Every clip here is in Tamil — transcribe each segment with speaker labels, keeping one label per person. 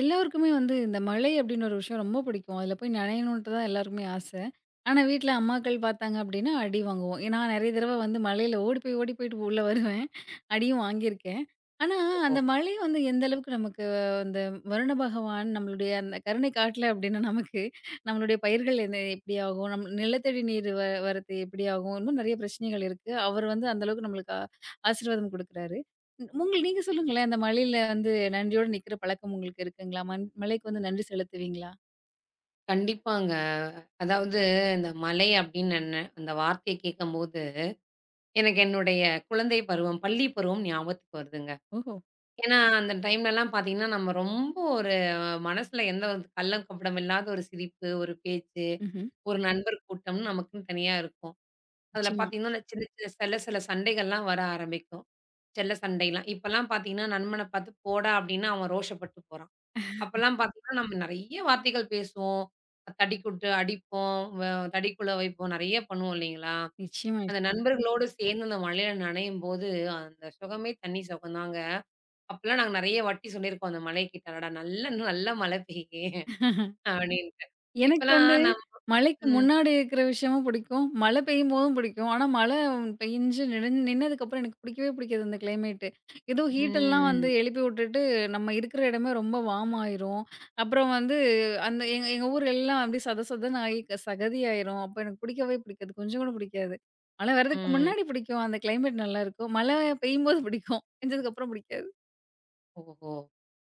Speaker 1: எல்லோருக்குமே வந்து இந்த மழை அப்படின்னு ஒரு விஷயம் ரொம்ப பிடிக்கும். அதில போய் நனையணுன்ட்டு தான் எல்லாருக்குமே ஆசை. ஆனா, வீட்ல அம்மாக்கள் பார்த்தாங்க அப்படின்னா, அடி வாங்குவோம். ஏன்னா நான் நெறைய தடவ வந்து மழையில ஓடி போய் ஓடி போயிட்டு உள்ள வருவேன். அடியும் வாங்கியிருக்கேன். ஆனா,
Speaker 2: ஓ!
Speaker 1: அந்த மழை வந்து எந்த அளவுக்கு நமக்கு அந்த வருண பகவான் நம்மளுடைய அந்த கருணை காட்டல அப்படின்னா, நமக்கு நம்மளுடைய பயிர்கள் என்ன எப்படி ஆகும்? நம் நிலத்தடி நீர் வரத்து எப்படி ஆகும்? இன்னும் நெறைய பிரச்சனைகள் இருக்கு. அவர் வந்து அந்த அளவுக்கு நம்மளுக்கு ஆசீர்வாதம் குடுக்குறாரு. உங்கள் நீங்க சொல்லுங்களேன். அந்த மழையில வந்து நன்றியோட நிக்கிற பழக்கம் உங்களுக்கு இருக்குங்களா? மண் மழைக்கு வந்து நன்றி செலுத்துவீங்களா?
Speaker 2: கண்டிப்பாங்க. அதாவது இந்த மலை அப்படின்னு என்ன அந்த வார்த்தைய கேட்கும்போது, எனக்கு என்னுடைய குழந்தை பருவம், பள்ளி பருவம் ஞாபகத்துக்கு வருதுங்க.
Speaker 1: ஓஹோ!
Speaker 2: ஏன்னா, அந்த டைம்லலாம் பார்த்தீங்கன்னா, நம்ம ரொம்ப ஒரு மனசுல எந்த ஒரு கள்ளம், கபடம் இல்லாத ஒரு சிரிப்பு, ஒரு பேச்சு,
Speaker 1: ம்ஹ்ம்.
Speaker 2: ஒரு நண்பர் கூட்டம்னு நமக்குன்னு தனியா இருக்கும். அதில
Speaker 1: நிச்சயமா.
Speaker 2: பார்த்தீங்கன்னா, அந்த சின்ன சின்ன சில சில சண்டைகள்லாம் வர ஆரம்பிக்கும். செல்ல சண்டைலாம். இப்பலாம் பார்த்தீங்கன்னா, நண்பன பார்த்து "போடா" அப்படின்னா அவன் ரோஷப்பட்டு போறான். அப்பலாம் பார்த்தீங்கன்னா, நம்ம நெறைய வார்த்தைகள் பேசுவோம். தடிக்குட்டு அடிப்போம், தடிக்குள்ள வைப்போம். நெறைய பண்ணுவோம் இல்லைங்களா?
Speaker 1: நிச்சயமா,
Speaker 2: அந்த
Speaker 1: நிச்சயமா.
Speaker 2: நண்பர்களோடு சேர்ந்து அந்த மழையில நனையும்போது, அந்த சுகமே தனி சுகம்தாங்க. அப்பலாம் நாங்க நெறைய வாட்டி சொல்லியிருக்கோம் அந்த மலைக்கிட்ட, "அடடா! நல்ல நல்ல மழை பெய்யுதே" அப்படின்ட்டு.
Speaker 1: எனக்கு
Speaker 2: இப்பலாம்
Speaker 1: வந்து
Speaker 2: நம்
Speaker 1: மழைக்கு
Speaker 2: ம்,
Speaker 1: முன்னாடி இருக்கிற விஷயமும் பிடிக்கும். மழை பெய்யும்போதும் பிடிக்கும். ஆனா, மழை பெஞ்சு நின்னதுக்கப்புறம் எனக்கு பிடிக்கவே பிடிக்காது அந்த கிளைமேட்டு. ஏதோ ஹீட்டெல்லாம் வந்து
Speaker 2: ம்,
Speaker 1: எழுப்பி விட்டுட்டு, நம்ம இருக்கிற இடமே ரொம்ப வார்ம் ஆயிரும். அப்புறம் வந்து அந்த எங்க எங்க ஊர் எல்லாம் அப்படியே சத சதன்னு ஆகி சகதி ஆயிரும். அப்ப எனக்கு பிடிக்கவே பிடிக்காது. கொஞ்சம் கூட பிடிக்காது. மழை வர்றதுக்கு
Speaker 2: ம்.
Speaker 1: முன்னாடி பிடிக்கும். அந்த கிளைமேட் நல்லாயிருக்கும். மழை பெய்யும்போது பிடிக்கும். பெஞ்சதுக்கப்புறம் பிடிக்காது.
Speaker 2: ஓஹோ!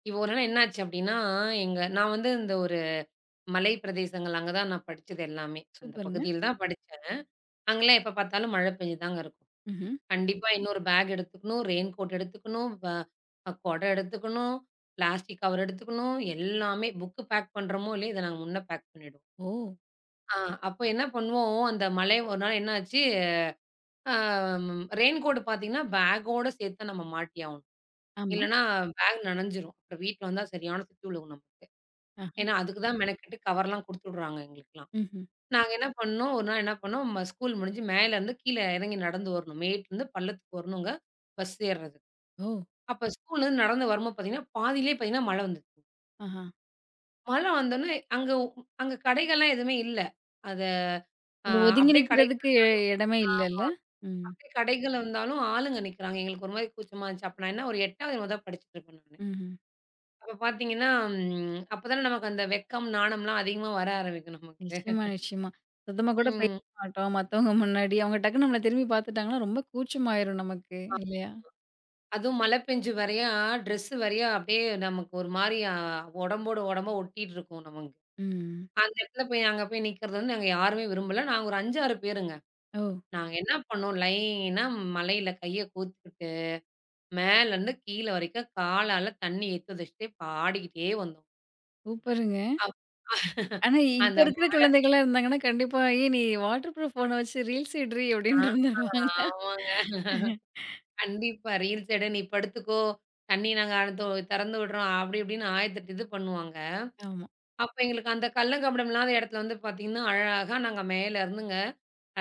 Speaker 2: இப்போ ஒரு நாள் என்னாச்சு அப்படின்னா, எங்க நான் வந்து இந்த ஒரு மலை பிரதேசங்கள் அங்க தான் நான் படிச்சது எல்லாமே. அந்த
Speaker 1: சூப்பருங்க.
Speaker 2: பகுதியில தான் படிச்சேன். அங்கலாம் எப்ப பார்த்தாலும் மழை பெஞ்சுதாங்க இருக்கும்.
Speaker 1: ம்ஹ்ம்.
Speaker 2: கண்டிப்பா இன்னொரு பேக் எடுத்துக்கணும். ரெயின் கோட் எடுத்துக்கணும். வ அ கொடை எடுத்துக்கணும். பிளாஸ்டிக் கவர் எடுத்துக்கணும். எல்லாமே புக் பேக் பண்றோமோ! இல்லயோ! இத நாங்க முன்ன பேக் பண்ணிடுவோம்.
Speaker 1: ஓ!
Speaker 2: ஆ அப்போ என்ன பண்ணுவோம், அந்த மழை ஒரு நாள் என்ன ஆச்சு, ஆ ரெயின் கோட் பார்த்தீங்கன்னா, பேக்கோட சேர்த்து தான் நம்ம மாட்டி ஆகணும்.
Speaker 1: ஆமா.
Speaker 2: இல்லன்னா பேக் நனஞ்சிரும். அப்புறம் வீட்ல வந்தா சரியான திட்டு விழுகும் நமக்கு.
Speaker 1: ஆஹா.
Speaker 2: ஏன்னா, அதுக்கு தான் மெனக்கெட்டு கவர்லாம் குடுத்து விடுறாங்க எங்களுக்கெல்லாம்.
Speaker 1: ம்ஹ்ம்.
Speaker 2: நாங்க என்ன பண்ணோம், ஒரு நாள் என்ன பண்ணோம், ஸ்கூல் முடிஞ்சு மேலேருந்து கீழ இறங்கி நடந்து வரணும். மேட்லருந்து பள்ளத்துக்கு வரணுங்க. பஸ் ஏர்றது.
Speaker 1: ஓ!
Speaker 2: அப்ப ஸ்கூல்லேருந்து நடந்து வரும்போது பார்த்தீங்கன்னா, பாதியிலேயே பார்த்தீங்கன்னா மழை வந்துச்சு.
Speaker 1: ஆஹா.
Speaker 2: மழை வந்தோனே அங்க கடைகள்லாம் எதுவுமே இல்ல. அத அ
Speaker 1: ஒரு ஒதுங்கி
Speaker 2: அப்படியே கடை
Speaker 1: நிக்கிறதுக்கு இடமே இல்லல்ல. ம்.
Speaker 2: அப்படியே கடைகள் இருந்தாலும் ஆளுங்க நிக்கிறாங்க. எங்களுக்கு ஒரு மாரி கூச்சமா இருந்துச்சு. அப்ப நான் என்ன ஒரு 8வது என்னமோ தான் படிச்சுட்டுருப்பேன் நானு.
Speaker 1: ம்ஹ்ம்.
Speaker 2: அப்ப பார்த்தீங்கன்னா, அப்ப தானே நமக்கு அந்த வெட்கம், நாணம்லாம் அதிகமா வர ஆரம்பிக்கும் நமக்கு.
Speaker 1: நிச்சயமா, நிச்சயமா. சுத்தமா கூட பேச
Speaker 2: ம்
Speaker 1: மாட்டோம். மத்தவங்க முன்னாடி அவங்க டக்குன்னு நம்மள திரும்பி பார்த்துட்டாங்கன்னா, ரொம்ப கூச்சமாயிரும் நமக்கு இல்லையா?
Speaker 2: அதுவும் மழை பெஞ்சு வரையா, ட்ரெஸ்ஸு வரையா அப்படியே நமக்கு ஒரு மாரி உடம்போட உடம்பா ஒட்டிட்டு இருக்கும் நமக்கு.
Speaker 1: ம்.
Speaker 2: அந்த இடத்துல போய் அங்க போய் நிக்கிறது வந்து நாங்க யாருமே விரும்பல. நாங்க ஒரு 5, 6 பேருங்க.
Speaker 1: ஓ!
Speaker 2: நாங்க என்ன பண்ணோம், லைனா மழையில கைய கோத்துக்கிட்டு, மேலருந்து கீழ வரைக்கும் காலால தண்ணி எடுத்து வச்சுட்டு பாடிக்கிட்டே வந்தோம்.
Speaker 1: சூப்பருங்க.
Speaker 2: அப்
Speaker 1: ஆனா இப்ப
Speaker 2: அந்த
Speaker 1: இருக்கிற குழந்தைகள்லாம் இருந்தாங்கன்னா, கண்டிப்பா "ஏய் நீ வாட்டர் ப்ரூஃப் ஃபோன வச்சு ரீல்ஸ் இட்றி"
Speaker 2: ஆ
Speaker 1: அப்படின்னு இருந்துருவாங்க.
Speaker 2: ஆமாங்க. கண்டிப்பா. ரீல்ஸ் எடு, நீ படுத்துக்கோ, தண்ணி நாங்க அடுத்து திறந்து விடுறோம். அப்படி இப்படின்னு 1008 இது பண்ணுவாங்க.
Speaker 1: ஆமா.
Speaker 2: அப்ப எங்களுக்கு அந்த கள்ளங்கபடம் இல்லாத இடத்துல வந்து பார்த்தீங்கன்னா, அழகா நாங்க மேல இருந்துங்க,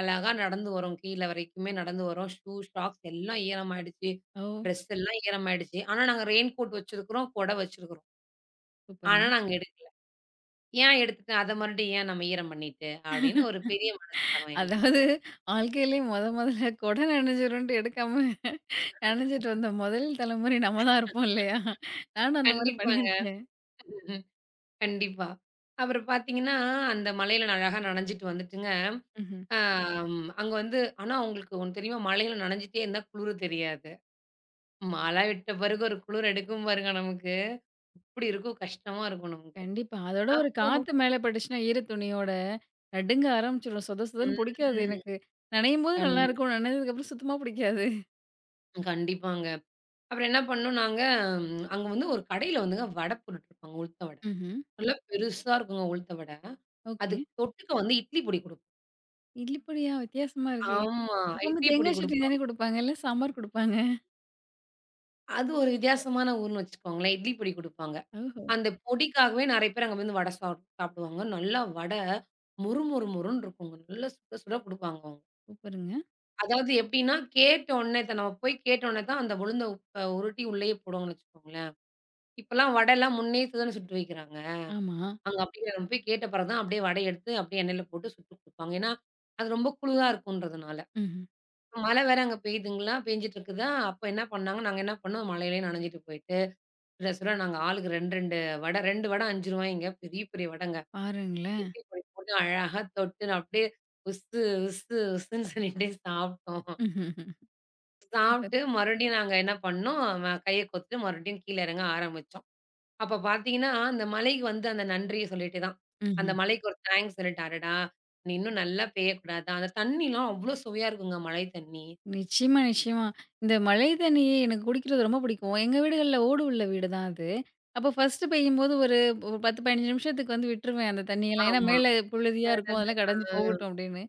Speaker 2: அழகா நடந்து வரோம். கீழ வரைக்குமே நடந்து வரோம். ஷூ, சாக்ஸ் எல்லாம் ஈரமாயிடுச்சு.
Speaker 1: ஓ!
Speaker 2: ட்ரெஸ் எல்லாம் ஈரமாயிடுச்சு. ஆனா நாங்க ரெயின் கோட் வச்சிருக்கிறோம், கொடை வச்சிருக்கிறோம். ஆனா
Speaker 1: சூப்பருங்க.
Speaker 2: நாங்க எடு ஏன் எடுத்துட்டு அத மறுபடியும் ஏன் நம்ம ஈரம் பண்ணிட்டு? அப்படின்னு ஒரு பெரிய மனஸ்தாபம் எங்களுக்கு.
Speaker 1: அதாவது வாழ்க்கையிலே மொத மொதல்ல கொட நனஞ்சிரும்ன்ட்டு எடுக்காம நனஞ்சிட்டு வந்த முதல் தலைமுறை நம்ம தான் இருப்போம் இல்லையா? நானும் அந்த மாரி
Speaker 2: கண்டிப்பாங்க.
Speaker 1: பண்ணியிருக்கேன்.
Speaker 2: கண்டிப்பா. அப்புறம் பார்த்தீங்கன்னா, அந்த மழையில நான் அழகா நனஞ்சுட்டு வந்துட்டுங்க.
Speaker 1: ம்ஹ்ம்.
Speaker 2: அங்க வந்து ஆனா உங்களுக்கு ஒண்ணு தெரியுமா? மழையில நனஞ்சுட்டே இருந்தா குளிரு தெரியாது. மழை விட்ட பிறகு ஒரு குளிர் எடுக்கும் பாருங்க நமக்கு. இப்படி இருக்கும் கஷ்டமா இருக்கும் நமக்கு.
Speaker 1: கண்டிப்பா. அதோட ஒரு
Speaker 2: அப்போ
Speaker 1: காத்து மேல பட்டுச்சுன்னா, ஈர துணியோட நடுங்க ஆரம்பிச்சுரும். சொத சொதன்னு
Speaker 2: ம்.
Speaker 1: புடிக்காது எனக்கு. நனையும்போது
Speaker 2: கண்
Speaker 1: நல்லாயிருக்கும். நனஞ்சதுக்கப்புறம் சுத்தமா புடிக்காது.
Speaker 2: கண்டிப்பாங்க. அப்புறம் என்ன பண்ணோம் நாங்க, அங்க வந்து ஒரு கடையில வந்துங்க வடை போட்டுட்டுருப்பாங்க. உளுத்த வடை.
Speaker 1: ம்ஹ்ம்.
Speaker 2: நல்லா பெருசா இருக்குங்க உளுத்த வடை.
Speaker 1: ஓகே.
Speaker 2: அதுக்கு தொட்டுக்க வந்து இட்லி பொடி குடுப்
Speaker 1: இட்லிப்பொடியா? வித்தியாசமா இருக்கே!
Speaker 2: ஆமா.
Speaker 1: எப்பவுமே ம்.
Speaker 2: இட்லி பொடி
Speaker 1: தேங்காய் சட்னி
Speaker 2: குடுப்பாங்க.
Speaker 1: தானே குடுப்பாங்க. இல்ல சாம்பார் குடுப்பாங்க.
Speaker 2: அது ஒரு வித்தியாசமான ஊர்ன்னு வச்சுக்கோங்களேன். இட்லி பொடி குடுப்பாங்க.
Speaker 1: ஓஹோ!
Speaker 2: அந்த பொடிக்காகவே நெறைய பேர் அங்க வந்து வடை சாப்பிடுவாங்க. நல்லா வடை மொறு மொறு மொறுன்னு இருக்குங்க. நல்லா சுட சுட குடுப்பாங்க அவங்க.
Speaker 1: சூப்பருங்க.
Speaker 2: அதாவது எப்படின்னா, கேட்ட உடனே த நம்ம போய் கேட்ட உடனே தான் அந்த உளுந்த அ உருட்டி உள்ளேயே போடுவாங்கன்னு வச்சுக்கோங்களேன். இப்பலாம் வடைலாம் முன்னயே தான சுட்டு வைக்கிறாங்க.
Speaker 1: ஆமா.
Speaker 2: அங்க அப்படியே நம்ம போய் கேட்ட பிறகு தான் அப்படியே வடைய எடுத்து அப்படியே எண்ணெயில போட்டு சுட்டு குடுப்பாங்க. ஏன்னா, அது ரொம்ப குழுவா இருக்குன்றதுனால.
Speaker 1: ம்ஹ்ம்.
Speaker 2: மழை வேற அங்க பெய்யுதுங்களா, பெஞ்சுட்டு இருக்குதா, அப்ப என்ன பண்ணாங்க, நாங்க என்ன பண்ணோம், மழையிலயே நனைஞ்சுட்டு போயிட்டு, சுடசுட நாங்க ஆளுக்கு 2, 2 வடை ரூ. 5ங்க பெரிய, பெரிய வடைங்க.
Speaker 1: பாருங்களேன்.
Speaker 2: இட்லி பொடி போட்டு அழகா தொட்டு அப்படியே உஸ்ஸு, உஸ்ஸு, உஸ்ஸுன்னு சொல்லிட்டே சாப்பிட்டோம்.
Speaker 1: ம்ஹ்ம். சூப்பர்.
Speaker 2: சாப்பிட்டு மறுபடியும் நாங்க என்ன பண்ணோம், கைய கோத்துட்டு மறுபடியும் கீழ இறங்க ஆரம்பிச்சோம். அப்ப பார்த்தீங்கன்னா, அந்த மலைக்கு வந்து அந்த நன்றிய சொல்லிட்டு தான், அந்த
Speaker 1: ம்ஹ்ம்.
Speaker 2: மலைக்கு ஒரு தேங்க்ஸ் சொல்லிட்டு, "அடடா! நீ இன்னும் நல்லா பெய்யக்கூடாதா?" அந்த தண்ணிலாம் அவ்ளோ சுவையா இருக்குங்க, மழை தண்ணி.
Speaker 1: நிச்சயமா, நிச்சயமா. இந்த மழை தண்ணி எனக்கு குடிக்கிறது ரொம்ப பிடிக்கும். எங்க வீடுகள்ல ஓடு உள்ள வீடு தான் அது. அப்போ ஃபர்ஸ்ட்டு பெய்யும்போது ஒரு ஒரு 10, 15 நிமிஷத்துக்கு வந்து விட்டுருவேன் அந்த தண்ணியெல்லாம். ஏன்னா
Speaker 2: ஆமா.
Speaker 1: மேல புழுதியா
Speaker 2: அது
Speaker 1: இருக்கும்.
Speaker 2: வந்து
Speaker 1: அதெல்லாம் கடந்து
Speaker 2: ஆ.
Speaker 1: போகட்டும் அப்படின்னு.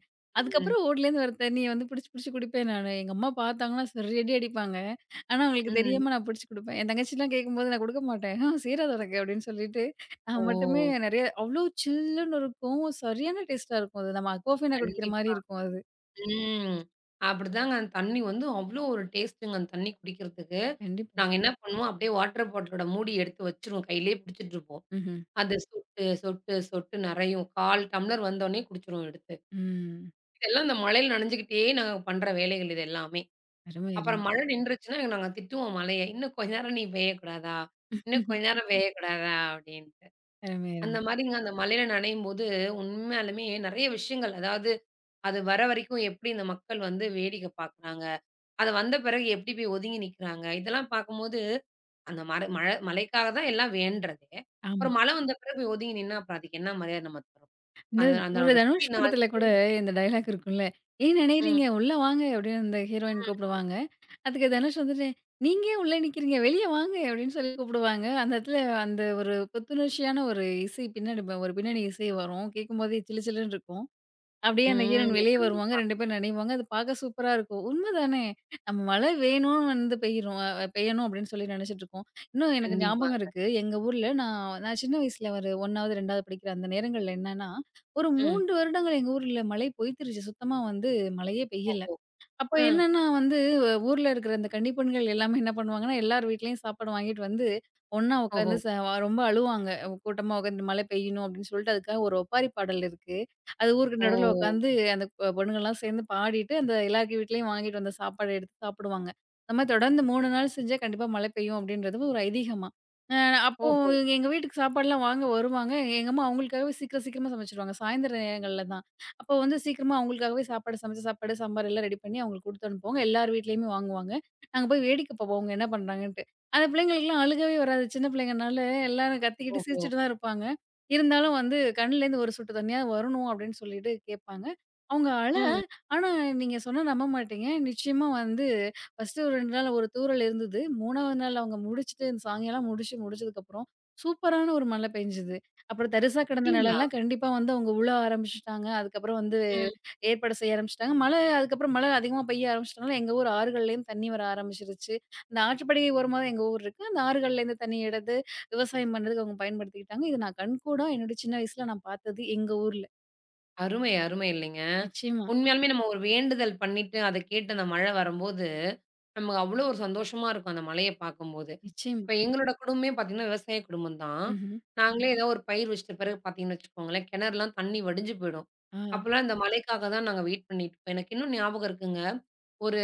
Speaker 2: ம்.
Speaker 1: அதுக்கப்புறம் ஓட்லேருந்து வர தண்ணிய வந்து புடிச்சு, புடிச்சு குடிப்பேன் நானு. எங்க அம்மா பார்த்தாங்கன்னா சரி அடி அடிப்பாங்க. ஆனா அவங்களுக்கு
Speaker 2: ம்.
Speaker 1: தெரியாம நான் புடிச்சு குடுப்பேன். என் தங்கச்சிலாம் கேட்கும்போது நான் குடுக்க மாட்டேன். "ஆ சேராது உனக்கு" அப்படின்னு சொல்லிட்டு நான் மட்டுமே
Speaker 2: ஓ!
Speaker 1: நெறைய அவ்ளோ சில்லுன்னு இருக்கும். சரியான டேஸ்ட்டா இருக்கும் அது. நம்ம அக்வாஃபீனா குடிக்கிற மாரி
Speaker 2: கண்டிப்பா.
Speaker 1: இருக்கும் அது.
Speaker 2: ம். அப்படிதாங்க அந்த தண்ணி வந்து அவ்ளோ ஒரு டேஸ்ட்டுங்க அந்த தண்ணி குடிக்கிறதுக்கு.
Speaker 1: கண்டிப்பா.
Speaker 2: நாங்க என்ன பண்ணுவோம், அப்படியே வாட்டர் பாட்டிலோட மூடி எடுத்து வச்சுருவோம். கையிலேயே பிடிச்சிட்டுருப்போம்.
Speaker 1: ம்ஹ்ம்.
Speaker 2: அது சொட்டு, சொட்டு, சொட்டு நெறையும். 1/4 டம்ளர் வந்தோனே குடிச்சிருவோம் எடுத்து.
Speaker 1: ம்.
Speaker 2: இதெல்லாம் இந்த மழையில நனைஞ்சுக்கிட்டே நாங்க பண்ற வேலைகள் இது எல்லாமே.
Speaker 1: அருமை, அருமை.
Speaker 2: அப்புறம் மழை நின்றுச்சுன்னா நாங்க திட்டுவோம் மழைய. "இன்னும் கொஞ்ச நேரம் நீ பெய்யக்கூடாதா? இன்னும் கொஞ்ச நேரம் பெய்யக்கூடாதா?" அப்படின்ட்டு.
Speaker 1: அருமை, அருமை.
Speaker 2: அந்த மாரிங்க அந்த மழையில நனையும்போது உண்மையாலுமே நெறைய விஷயங்கள் அதாவது அது வர வரைக்கும் எப்படி இந்த மக்கள் வந்து வேடிக்கை பார்க்குறாங்க? அது வந்த பிறகு எப்படி போய் ஒதுங்கி நிக்கிறாங்க? இதெல்லாம் பார்க்கும்போது, அந்த மர மழ மழைக்காக தான் எல்லாம் வேண்டுறதே.
Speaker 1: ஆமா.
Speaker 2: ஒரு மழை வந்த பிறகு போய் ஒதுங்கி நின்னா, அப்புறம் அதுக்கு என்ன மரியாதை நம்ம தரோம்?
Speaker 1: இந்த
Speaker 2: அது
Speaker 1: ஒரு
Speaker 2: அதனோட திருப்பி
Speaker 1: தனுஷ்
Speaker 2: நாள்
Speaker 1: படத்துல கூட இந்த டயலாக் இருக்கும்ல. "ஏன் நெனையறீங்க?
Speaker 2: ம்,
Speaker 1: உள்ள வாங்க" அப்படின்னு அந்த ஹீரோயின்
Speaker 2: ம்,
Speaker 1: கூப்பிடுவாங்க. அதுக்கு தனுஷ் வந்துட்டு, "நீங்க ஏன் உள்ள நிக்கிறீங்க? வெளிய வாங்க" அப்படின்னு சொல்லி கூப்பிடுவாங்க. அந்த இடத்துல அந்த ஒரு புத்துணர்ச்சியான ஒரு இசை பின்னாடி ஒரு பின்னணி இசை வரும். கேட்கும்போதே சிலு சிலுன்னு இருக்கும். அப்படியே அந்த ஹீரோயின்
Speaker 2: ம்.
Speaker 1: வெளிய வருவாங்க.
Speaker 2: கண்டிப்பா,
Speaker 1: 2 பேரும் நனைவாங்க. அது பார்க்க சூப்பரா இருக்கும். உண்மதானே! நம்ம மழை வேணும்னு வந்து பெய்யிரும் அ பெய்யணும் அப்படின்னு சொல்லி நெனச்சிட்டுருக்கோம். இன்னும் எனக்கு ஞாபகம்
Speaker 2: கண்டிப்பாங்க.
Speaker 1: இருக்கு. எங்க ஊர்ல நான் நான் சின்ன வயசுல ஒரு 1வது, 2வது படிக்கிற அந்த நேரங்கள்ல என்னன்னா, ஒரு
Speaker 2: ம்.
Speaker 1: 3 வருடங்கள் எங்க ஊர்ல மழை பொய்த்துருச்சு. சுத்தமா வந்து மழையே பெய்யல.
Speaker 2: ஓஹோ!
Speaker 1: அப்ப
Speaker 2: ம்.
Speaker 1: என்னன்னா வந்து, ஊர்ல இருக்கிற அந்த கன்னிப்பெண்கள் எல்லாமே என்ன பண்ணுவாங்கன்னா, எல்லார் வீட்லயும் சாப்பாடு வாங்கிட்டு வந்து, ஒண்ணா
Speaker 2: ஓஹோ!
Speaker 1: உட்காந்து ச ரொம்ப அழுவாங்க. கூட்டமா உட்காந்து மழை பெய்யணும் அப்படின்னு சொல்லிட்டு, அதுக்காக ஒரு ஒப்பாரி பாடல் இருக்கு. அது ஊருக்கு
Speaker 2: ஓ!
Speaker 1: நடுவுல உட்காந்து அந்த பொண்ணுங்கலாம் சேர்ந்து பாடிட்டு, அந்த எல்லார் வீட்லயும் வாங்கிட்டு வந்த சாப்பாட எடுத்து சாப்பிடுவாங்க. அந்த மாரி தொடர்ந்து 3 நாள் செஞ்சா கண்டிப்பா மழை பெய்யும் அப்படின்றது ஒரு ஐதீகமா. அ அப்போ
Speaker 2: ஓஹோ!
Speaker 1: எங்க வீட்டுக்கு சாப்பாடுலாம் வாங்க வருவாங்க. எங்க அம்மா அவங்களுக்காகவே சீக்கிரம் சீக்கிரமா சமைச்சுருவாங்க. சாயந்தர நேரங்கள்ல தான். அப்போ வந்து சீக்கிரமா அவங்களுக்காகவே சாப்பாடு சமைச்ச சாப்பாடு, சாம்பார் எல்லாம் ரெடி பண்ணி அவங்களுக்கு குடுத்து அனுப்புவாங்க. எல்லார் வீட்லயுமே வாங்குவாங்க. நாங்க போய் வேடிக்கை பார்ப்போம் அவங்க என்ன பண்றாங்கன்ட்டு. அந்த பிள்ளைங்களுக்குலாம் அழுகவே வராது. சின்ன பிள்ளைங்கனால எல்லாரும் கத்திக்கிட்டு,
Speaker 2: ஓஹோ!
Speaker 1: சிரிச்சுட்டு தான் இருப்பாங்க. இருந்தாலும் வந்து கண்லேருந்து ஒரு சொட்டு தண்ணியா வரணும் அப்படின்னு சொல்லிட்டு கேட்பாங்க. அவங்க அழ,
Speaker 2: ம்.
Speaker 1: ஆனா நீங்க சொன்னா நம்ப மாட்டீங்க. நிச்சயமா வந்து ஃபர்ஸ்ட்டு ஒரு 2 நாள் ஒரு தூறல் இருந்தது. 3வது நாள் அவங்க முடிச்சுட்டு இந்த சாயங்காலம் முடிச்சு முடிச்சதுக்கப்புறம் சூப்பரான ஒரு மழை பெஞ்சது. அப்புறம் தரிசா கிடந்த
Speaker 2: அப்படிங்களா?
Speaker 1: நிலம்லாம் கண்டிப்பா வந்து அவங்க உழ ஆரம்பிச்சுட்டாங்க. அதுக்கப்புறம் வந்து
Speaker 2: ம்.
Speaker 1: ஏற்பாடு செய்ய ஆரம்பிச்சுட்டாங்க. மழை அதிகமா பெய்ய ஆரம்பிச்சுட்டனால, எங்க ஊர் ஆறுகள்லேயும் தண்ணி வர ஆரம்பிச்சுருச்சு. அந்த ஆற்றுப்படுகை ஓரமா தான் எங்க ஊர் இருக்கு. அந்த ஆறுகள்லேருந்து தண்ணி எடுத்து விவசாயம் பண்றதுக்கு அவங்க பயன்படுத்திக்கிட்டாங்க. இது நான் கண்கூடா என்னோட சின்ன வயசுல நான் பார்த்தது எங்க ஊர்ல.
Speaker 2: அருமை, அருமை இல்லைங்க.
Speaker 1: நிச்சயமா,
Speaker 2: உண்மையாலுமே நம்ம ஒரு வேண்டுதல் பண்ணிட்டு, அத கேட்டு அந்த மழை வரும்போது, நமக்கு அவ்வளோ ஒரு சந்தோஷமா இருக்கும் அந்த மழைய பார்க்கும்போது.
Speaker 1: நிச்சயமா.
Speaker 2: இப்ப எங்களோட குடும்பமே பார்த்தீங்கன்னா, விவசாய குடும்பம் தான்.
Speaker 1: ம்ஹ்ம்.
Speaker 2: நாங்களே ம். ஏதோ ஒரு பயிர் வச்சிட்ட பிறகு பார்த்தீங்கன்னு வச்சுக்கோங்களேன், கிணறுலாம் தண்ணி வடிஞ்சு போயிடும்.
Speaker 1: ஆ.
Speaker 2: அப்போலாம் இந்த மழைக்காக தான் நாங்க வெயிட் பண்ணிட்டுருப்போம். எனக்கு இன்னும் ஞாபகம் இருக்குங்க. ஒரு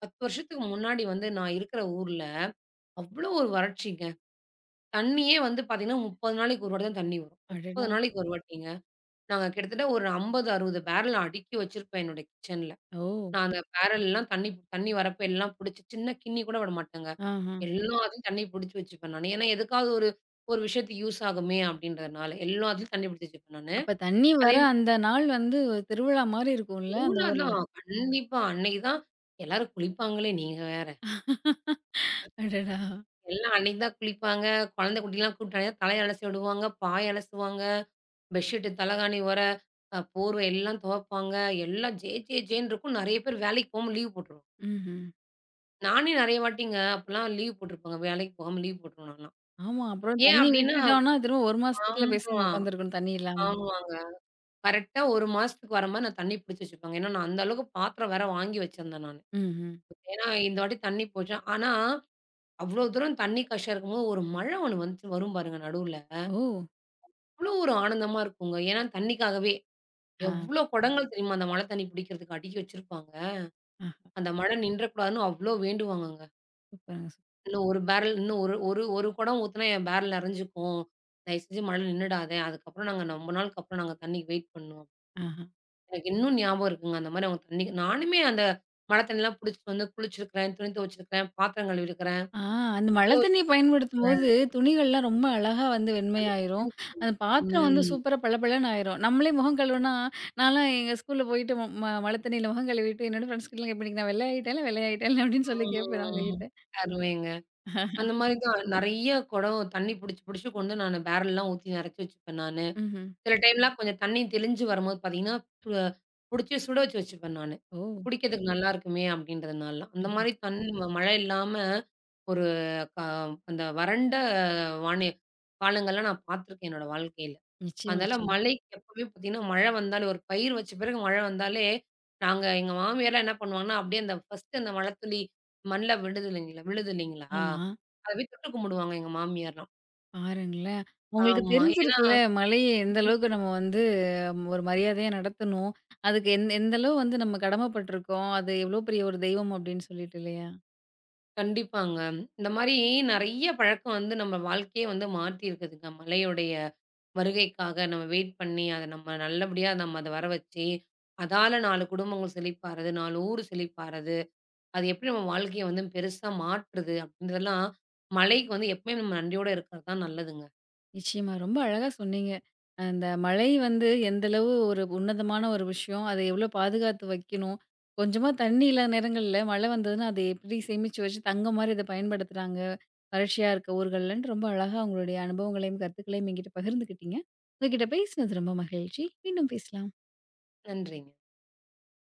Speaker 2: 10 வருஷத்துக்கு முன்னாடி வந்து நான் இருக்கிற ஊர்ல, அவ்ளோ ஒரு வறட்சிங்க. தண்ணியே வந்து பார்த்தீங்கன்னா, 30 நாளைக்கு ஒரு வாட்டி தான் தண்ணி வரும்.
Speaker 1: அடடா!
Speaker 2: 30 நாளைக்கு ஒரு வாட்டிங்க. நாங்க கிட்டத்தட்ட ஒரு 50, 60 பேரல் அடுக்கி வச்சிருப்பேன் என்னோட கிச்சன்ல.
Speaker 1: ஓ!
Speaker 2: நான் அந்த பேரல்லாம் தண்ணி தண்ணி வரப்ப எல்லாம் புடிச்சு சின்ன கிண்ணி கூட விட மாட்டேங்க.
Speaker 1: ஆஹா.
Speaker 2: எல்லாத்துலயும் தண்ணி புடிச்சு வச்சுப்பேன் நானு. ஏன்னா, எதுக்காவது ஒரு ஒரு விஷயத்துக்கு யூஸ் ஆகுமே அப்படின்றதுனால. எல்லாத்துலயும் தண்ணி புடிச்சு வச்சுப்பேன் நானு.
Speaker 1: அப்ப தண்ணி
Speaker 2: அதே
Speaker 1: வர அந்த நாள் வந்து ஒரு திருவிழா மாரி இருக்கும்ல அந்த
Speaker 2: திருவிழா
Speaker 1: ஊர்ல.
Speaker 2: தான் கண்டிப்பா. அன்னைக்கு தான் எல்லாரும் குளிப்பாங்களே நீங்க வேற.
Speaker 1: அடடா!
Speaker 2: எல்லாம் அன்னைக்கு தான் குளிப்பாங்க. குழந்தை குட்டிலாம் கூப்பிட்டாங்கன்னா தலைய அலசி விடுவாங்க, பாய் அலசுவாங்க, பெட்ஷீட்டு, தலகாணி உர, போர்வை எல்லாம் துவைப்பாங்க. எல்லாம் ஜே ஜே ஜேன்னு இருக்கும். நெறைய பேர் வேலைக்கு போகாம லீவ் போட்டுருவாங்க.
Speaker 1: ம்ஹ்ம்.
Speaker 2: நானே நெறைய வாட்டிங்க அப்பலாம் லீவ் போட்டுருப்பேங்க. வேலைக்கு போகாம லீவ் போட்டுருவேன் நான்லாம்.
Speaker 1: ஆமா. அப்புறம்
Speaker 2: ஏன்
Speaker 1: தண்ணி
Speaker 2: அப்டின்னா
Speaker 1: விட்டுட்டோம்னா, திரும்ப 1 மாசத்துக்குள்ள பேசாம
Speaker 2: ஆமா,
Speaker 1: உட்காந்துருக்கணும் தண்ணி இல்லாம.
Speaker 2: ஆமாங்க. கரெக்ட்டா 1 மாசத்துக்கு வர மாரி நான் தண்ணி பிடிச்சு வச்சுப்பேங்க. ஏன்னா, நான் அந்த அளவுக்கு பாத்திரம் வேற வாங்கி வச்சிருந்தேன் நானு.
Speaker 1: ம்ஹ்ம்.
Speaker 2: ஏன்னா, இந்த வாட்டி தண்ணி போச்சு. ஆனா, அவ்ளோ தூரம் தண்ணி கஷ்டம் இருக்கும்போது, ஒரு மழை ஒண்ணு வந்துச்சு வரும் பாருங்க நடுவுல.
Speaker 1: ஓ!
Speaker 2: அவ்ளோ ஒரு ஆனந்தமா இருக்குங்க. ஏன்னா, தண்ணிக்காகவே
Speaker 1: ஆ.
Speaker 2: எவ்ளோ குடங்கள் தெரியுமா அந்த மழை தண்ணி பிடிக்கிறதுக்கு அடுக்கி வச்சிருப்பாங்க.
Speaker 1: ஆஹா.
Speaker 2: அந்த மழை நின்றக்கூடாதுன்னு அவ்ளோ வேண்டுவாங்கங்க.
Speaker 1: சூப்பருங்க சூப்
Speaker 2: இன்னும் 1 பேரல் இன்னும் ஒரு ஒரு ஒரு குடம் ஊத்துனா என் பேரல் நெறஞ்சுக்கும். தயவு செஞ்சு மழையில நின்னுடாத. அதுக்கப்புறம் நாங்க ரொம்ப நாளுக்கு அப்புறம் நாங்க தண்ணிக்கு வெயிட் பண்ணோம்.
Speaker 1: ஆஹா.
Speaker 2: எனக்கு இன்னும் ஞாபகம் இருக்குங்க. அந்த மாரி அவங்க தண்ணி நானுமே அந்த மழை தண்ணிலாம் புடிச்சுட்டு வந்து குளிச்சிருக்கிறேன், துணி துவச்சிருக்கிறேன், பாத்திரம் கழுவிருக்கிறேன்,
Speaker 1: ஆ அந்த
Speaker 2: கூட
Speaker 1: மழை
Speaker 2: வச்சு
Speaker 1: தண்ணிய
Speaker 2: கூட குளிச்சிருக்கிறேன்.
Speaker 1: பயன்படுத்தும்போது துணிகள்லாம் ரொம்ப அழகா வந்து வெண்மையாயிரும். அந்த பாத்திரம் வந்து
Speaker 2: ம்.
Speaker 1: சூப்பரா பளபளன்னு ஆயிரும். நம்மளே முகம் கழுவுனா, நான்லாம் எங்க ஸ்கூல்ல போயிட்டு ம ம மழை தண்ணியில முகம் கழுவிட்டு என்னோட ஃப்ரெண்ட்ஸ் கிட்டலாம் கேட்பேன், "இன்னைக்கு நான் வெள்ளையாயிட்டேன்ல, வெள்ளையாயிட்டேன்ல" அப்படின்னு சொல்லி கேட்பேன்
Speaker 2: ம்.
Speaker 1: அவங்ககிட்ட.
Speaker 2: அருமைங்க. அந்த மாரி தான் நெறைய குடம் தண்ணி புடிச்சு கொண்டு நானு பேரல்லாம் ஊத்தி நெறச்சு வச்சுப்பேன் நானு.
Speaker 1: ம்ஹ்ம்.
Speaker 2: சில டைம்லாம் கொஞ்சம் தண்ணி தெளிஞ்சு வரும்போது பார்த்தீங்கன்னா, பு புடிச்சு சுட வச்சுப்பேன் நானு.
Speaker 1: ஓ!
Speaker 2: குடிக்கிறதுக்கு நல்லா இருக்குமே அப்படின்றதுனால. அந்த
Speaker 1: ம்ஹ்ம்.
Speaker 2: மாரி மழை இல்லாம ஒரு க அந்த வறண்ட வானி காலங்கள்லாம் நான் பார்த்துருக்கேன் என்னோட வாழ்க்கையில.
Speaker 1: நிச்சயமா,
Speaker 2: அதனால
Speaker 1: நிச்சயமா.
Speaker 2: மழைக்கு எப்பவுமே பார்த்தீங்கன்னா, மழை வந்தாலே ஒரு பயிர் வச்ச பிறகு மழை வந்தாலே, நாங்க எங்க மாமியார்லாம் என்ன பண்ணுவாங்கன்னா, அப்படியே அந்த ஃபர்ஸ்ட்டு அந்த மழைத்துளி மண்ல விழுது இல்லைங்களா விழுது இல்லைங்களா?
Speaker 1: ஆமா.
Speaker 2: அத போய் தொட்டு கும்பிடுவாங்க எங்க மாமியார்லாம்.
Speaker 1: பாருங்களேன்! உங்களுக்கு
Speaker 2: ஆமா.
Speaker 1: தெரிஞ்சிருக்குல்ல, மழைய எந்த அளவுக்கு நம்ம வந்து ம், ஒரு மரியாதையா நடத்தணும். அதுக்கு எந்த அளவு வந்து நம்ம கடமைப்பட்டுருக்கோம். அது எவ்வளோ பெரிய ஒரு தெய்வம் அப்படின்னு சொல்லிட்டு இல்லையா?
Speaker 2: கண்டிப்பாங்க. இந்த மாரி நெறைய பழக்கம் வந்து நம்ம வாழ்க்கையே வந்து மாத்தியிருக்குதுங்க. மழையுடைய வருகைக்காக நம்ம வெயிட் பண்ணி, அத நம்ம நல்லபடியா நம்ம அத வர வச்சு, அதால 4 குடும்பங்கள் செழிப்பாறது, 4 ஊர் செழிப்பாறது, அது எப்படி நம்ம வாழ்க்கைய வந்து பெருசா மாற்றுது அப்படின்றதெல்லாம் மழைக்கு வந்து எப்பவுமே நம்ம நன்றியோட இருக்கிறது தான் நல்லதுங்க.
Speaker 1: நிச்சயமா ரொம்ப அழகா சொன்னீங்க. அந்த மழை வந்து எந்த அளவு ஒரு உன்னதமான ஒரு விஷயம். அதை எவ்வளோ பாதுகாத்து வைக்கணும். கொஞ்சமா தண்ணி இல்லாத நேரங்கள்ல மழை வந்ததுன்னா, அதை எப்படி சேமிச்சு வச்சு தங்கம் மாரி இத பயன்படுத்துறாங்க. வறட்சியா இருக்க ஊர்கள்லன்னு ரொம்ப அழகா உங்களுடைய அனுபவங்களையும், கருத்துக்களையும் என்கிட்ட பகிர்ந்துக்கிட்டீங்க. உங்ககிட்ட பேசினது ரொம்ப மகிழ்ச்சி. மீண்டும் பேசலாம்.
Speaker 2: நன்றிங்க.